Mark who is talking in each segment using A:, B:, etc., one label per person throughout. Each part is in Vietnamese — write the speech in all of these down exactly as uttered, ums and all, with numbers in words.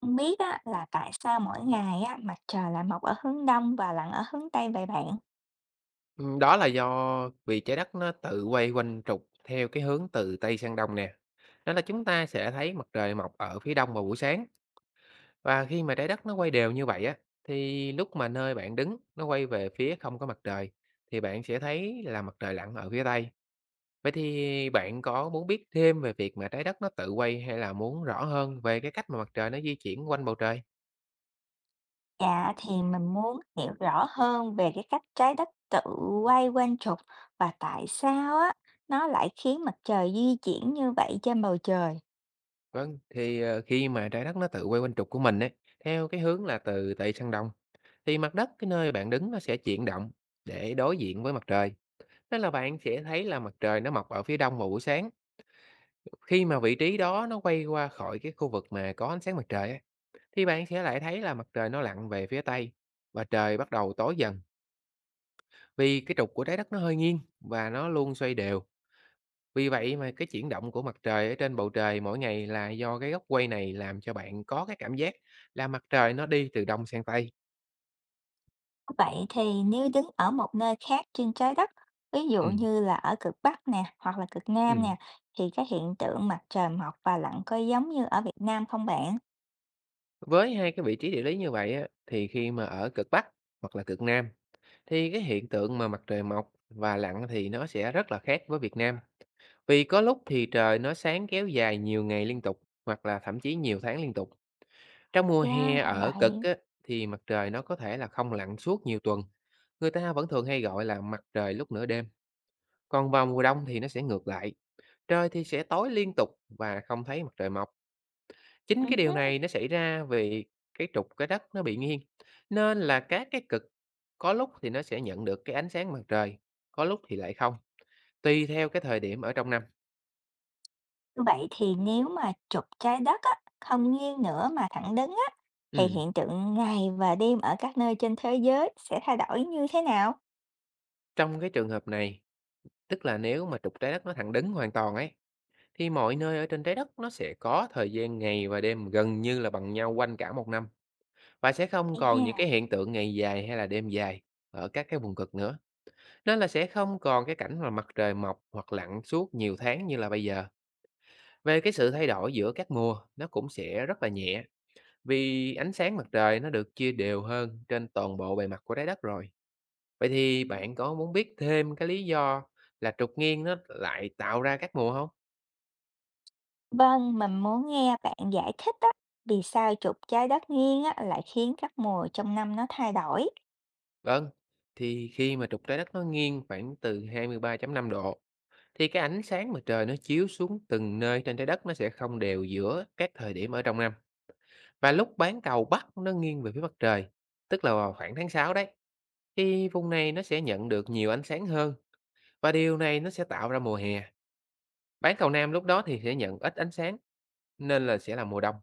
A: Không biết á, là tại sao mỗi ngày á, mặt trời lại mọc ở hướng đông và lặn ở hướng tây vậy bạn?
B: Ừm, đó là do vì Trái Đất nó tự quay quanh trục theo cái hướng từ Tây sang Đông nè. Nên là chúng ta sẽ thấy mặt trời mọc ở phía đông vào buổi sáng. Và khi mà Trái Đất nó quay đều như vậy á, thì lúc mà nơi bạn đứng nó quay về phía không có mặt trời, thì bạn sẽ thấy là mặt trời lặn ở phía Tây. Vậy thì bạn có muốn biết thêm về việc mà Trái Đất nó tự quay hay là muốn rõ hơn về cái cách mà mặt trời nó di chuyển quanh bầu trời?
A: Dạ thì mình muốn hiểu rõ hơn về cái cách trái đất tự quay quanh trục và tại sao á nó lại khiến mặt trời di chuyển như vậy trên bầu trời.
B: Vâng, thì, ờ, khi mà trái đất nó tự quay quanh trục của mình ấy, theo cái hướng là từ Tây sang Đông, thì mặt đất cái nơi bạn đứng nó sẽ chuyển động để đối diện với mặt trời. Nên là bạn sẽ thấy là mặt trời nó mọc ở phía đông vào buổi sáng. Khi mà vị trí đó nó quay qua khỏi cái khu vực mà có ánh sáng mặt trời ấy, thì bạn sẽ lại thấy là mặt trời nó lặn về phía Tây và trời bắt đầu tối dần vì cái trục của trái đất nó hơi nghiêng và nó luôn xoay đều. Vì vậy mà cái chuyển động của mặt trời ở trên bầu trời mỗi ngày là do cái góc quay này làm cho bạn có cái cảm giác là mặt trời nó đi từ đông sang tây.
A: Vậy thì nếu đứng ở một nơi khác trên trái đất, ví dụ
B: Ừm,
A: như là ở cực Bắc nè hoặc là cực Nam
B: ừm.
A: nè, thì cái hiện tượng mặt trời mọc và lặn có giống như ở Việt Nam không bạn?
B: Với hai cái vị trí địa lý như vậy á, thì khi mà ở cực Bắc hoặc là cực Nam thì cái hiện tượng mà mặt trời mọc và lặn thì nó sẽ rất là khác với Việt Nam. Vì có lúc thì trời nó sáng kéo dài nhiều ngày liên tục hoặc là thậm chí nhiều tháng liên tục. Trong mùa
A: Ra
B: hè
A: là
B: ở cực
A: vậy.
B: á, thì mặt trời nó có thể là không lặn suốt nhiều tuần. Người ta vẫn thường hay gọi là mặt trời lúc nửa đêm. Còn vào mùa đông thì nó sẽ ngược lại. Trời thì sẽ tối liên tục và không thấy mặt trời mọc. Chính cái điều
A: Ừ.
B: này nó xảy ra vì cái trục trái đất nó bị nghiêng. Nên là các cái cực có lúc thì nó sẽ nhận được cái ánh sáng mặt trời, có lúc thì lại không. Tùy theo cái thời điểm ở trong năm.
A: Vậy thì nếu mà trục Trái Đất á, không nghiêng nữa mà thẳng đứng á, thì
B: Ừm.
A: hiện tượng ngày và đêm ở các nơi trên thế giới sẽ thay đổi như thế nào?
B: Trong cái trường hợp này, tức là nếu mà trục trái đất nó thẳng đứng hoàn toàn ấy, thì mọi nơi ở trên trái đất nó sẽ có thời gian ngày và đêm gần như là bằng nhau quanh cả một năm. Và sẽ không còn những cái
A: À,
B: hiện tượng ngày dài hay là đêm dài ở các cái vùng cực nữa, nên là sẽ không còn cái cảnh mà mặt trời mọc hoặc lặn suốt nhiều tháng như là bây giờ. Về cái sự thay đổi giữa các mùa, nó cũng sẽ rất là nhẹ, vì ánh sáng mặt trời nó được chia đều hơn trên toàn bộ bề mặt của trái đất rồi. Vậy thì bạn có muốn biết thêm cái lý do là trục nghiêng nó lại tạo ra các mùa không?
A: vâng, mình muốn nghe bạn giải thích á, vì sao trục Trái Đất nghiêng á, lại khiến các mùa trong năm nó thay đổi.
B: Vâng, thì khi mà trục trái đất nó nghiêng khoảng từ hai mươi ba phẩy năm độ. Thì cái ánh sáng mà trời nó chiếu xuống từng nơi trên trái đất nó sẽ không đều giữa các thời điểm ở trong năm. Và lúc bán cầu Bắc nó nghiêng về phía mặt trời, tức là vào khoảng tháng sáu đấy. Thì vùng này nó sẽ nhận được nhiều ánh sáng hơn và điều này nó sẽ tạo ra mùa hè. Bán cầu Nam lúc đó thì sẽ nhận ít ánh sáng nên là sẽ là mùa đông.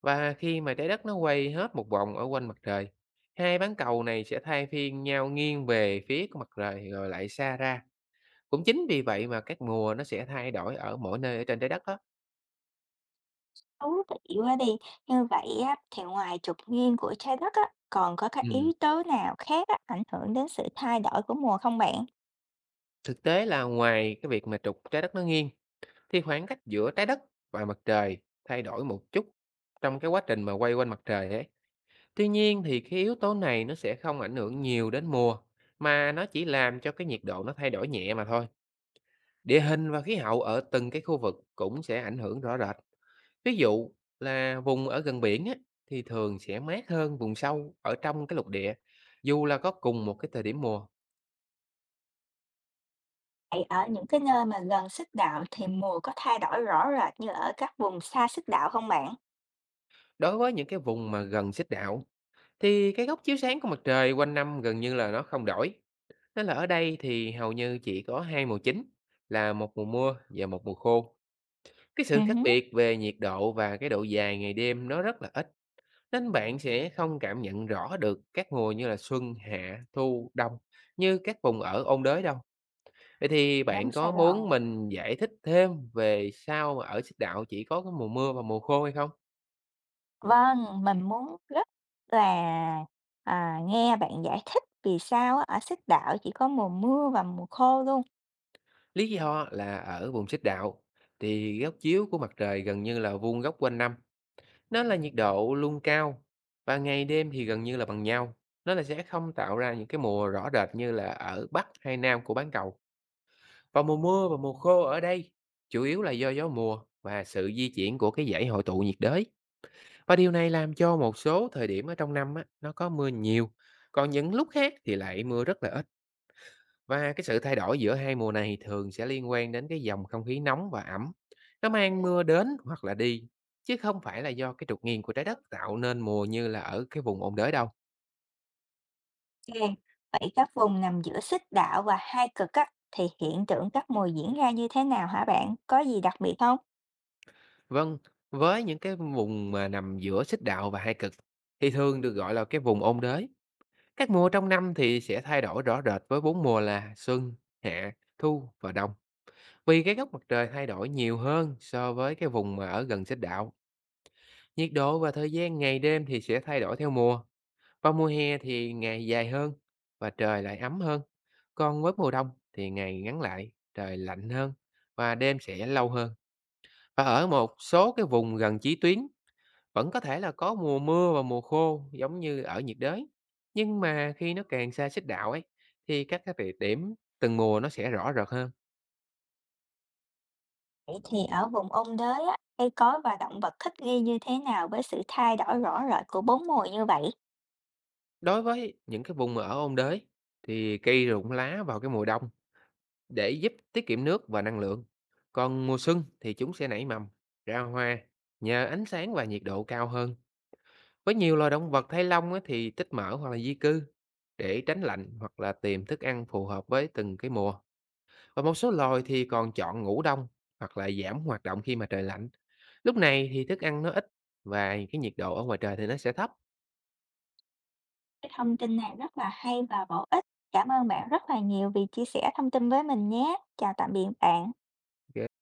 B: Và khi mà trái đất nó quay hết một vòng ở quanh mặt trời, hai bán cầu này sẽ thay phiên nhau nghiêng về phía của mặt trời rồi lại xa ra, cũng chính vì vậy mà các mùa nó sẽ thay đổi ở mỗi nơi ở trên trái đất đó.
A: Thú vị quá đi. Như vậy á, thì ngoài trục nghiêng của Trái Đất á, còn có các
B: Ừm.
A: yếu tố nào khác á, ảnh hưởng đến sự thay đổi của mùa không bạn?
B: Thực tế là ngoài cái việc mà trục trái đất nó nghiêng, thì khoảng cách giữa trái đất và mặt trời thay đổi một chút trong cái quá trình mà quay quanh mặt trời ấy. Tuy nhiên thì cái yếu tố này nó sẽ không ảnh hưởng nhiều đến mùa, mà nó chỉ làm cho cái nhiệt độ nó thay đổi nhẹ mà thôi. Địa hình và khí hậu ở từng cái khu vực cũng sẽ ảnh hưởng rõ rệt. Ví dụ là vùng ở gần biển á, thì thường sẽ mát hơn vùng sâu ở trong cái lục địa, dù là có cùng một cái thời điểm mùa.
A: Vậy ở những cái nơi mà gần xích đạo thì mùa có thay đổi rõ rệt như ở các vùng xa xích đạo không bạn?
B: Đối với những cái vùng mà gần xích đạo, thì cái góc chiếu sáng của mặt trời quanh năm gần như là nó không đổi. Nên là ở đây thì hầu như chỉ có hai mùa chính là một mùa mưa và một mùa khô. Cái
A: Ừ
B: sự khác
A: hứ.
B: biệt về nhiệt độ và cái độ dài ngày đêm nó rất là ít. Nên bạn sẽ không cảm nhận rõ được các mùa như là xuân, hạ, thu, đông như các vùng ở ôn đới đâu. Vậy thì
A: Giống
B: bạn
A: Sài
B: có
A: Gòn.
B: muốn mình giải thích thêm về sao mà ở Xích Đạo chỉ có cái mùa mưa và mùa khô hay không?
A: Vâng, mình muốn rất là à, nghe bạn giải thích vì sao á, ở xích đạo chỉ có mùa mưa và mùa khô luôn.
B: Lý do là ở vùng Xích Đạo thì góc chiếu của mặt trời gần như là vuông góc quanh năm, nó là nhiệt độ luôn cao và ngày đêm thì gần như là bằng nhau. Nó là sẽ không tạo ra những cái mùa rõ rệt như là ở Bắc hay Nam của bán cầu. Và mùa mưa và mùa khô ở đây chủ yếu là do gió mùa và sự di chuyển của cái dãy hội tụ nhiệt đới. Và điều này làm cho một số thời điểm ở trong năm á, nó có mưa nhiều, còn những lúc khác thì lại mưa rất là ít. Và cái sự thay đổi giữa hai mùa này thường sẽ liên quan đến cái dòng không khí nóng và ẩm. Nó mang mưa đến hoặc là đi, chứ không phải là do cái trục nghiêng của trái đất tạo nên mùa như là ở cái vùng ôn đới đâu.
A: Ừ. Vậy các vùng nằm giữa xích đạo và hai cực á, thì hiện tượng các mùa diễn ra như thế nào hả bạn? Có gì đặc biệt không?
B: Vâng, với những cái vùng mà nằm giữa xích đạo và hai cực thì thường được gọi là cái vùng ôn đới. Các mùa trong năm thì sẽ thay đổi rõ rệt với bốn mùa là xuân, hạ, thu và đông. Vì cái góc mặt trời thay đổi nhiều hơn so với cái vùng mà ở gần xích đạo, nhiệt độ và thời gian ngày đêm thì sẽ thay đổi theo mùa. Vào mùa hè thì ngày dài hơn và trời lại ấm hơn. Còn với mùa đông thì ngày ngắn lại, trời lạnh hơn và đêm sẽ lâu hơn. Và ở một số cái vùng gần chí tuyến vẫn có thể là có mùa mưa và mùa khô giống như ở nhiệt đới. Nhưng mà khi nó càng xa xích đạo ấy thì các cái địa điểm từng mùa nó sẽ rõ rệt hơn.
A: Vậy thì ở vùng ôn đới á, cây cối và động vật thích nghi như thế nào với sự thay đổi rõ rệt của bốn mùa như vậy?
B: Đối với những cái vùng mà ở ôn đới thì cây rụng lá vào cái mùa đông để giúp tiết kiệm nước và năng lượng. Còn mùa xuân thì chúng sẽ nảy mầm, ra hoa nhờ ánh sáng và nhiệt độ cao hơn. Với nhiều loài động vật thay lông á, thì tích mỡ hoặc là di cư để tránh lạnh hoặc là tìm thức ăn phù hợp với từng cái mùa. Và một số loài thì còn chọn ngủ đông hoặc là giảm hoạt động khi mà trời lạnh. Lúc này thì thức ăn nó ít và cái nhiệt độ ở ngoài trời thì nó sẽ thấp.
A: Cái thông tin này rất là hay và bổ ích. Cảm ơn bạn rất là nhiều vì chia sẻ thông tin với mình nhé. Chào tạm biệt bạn.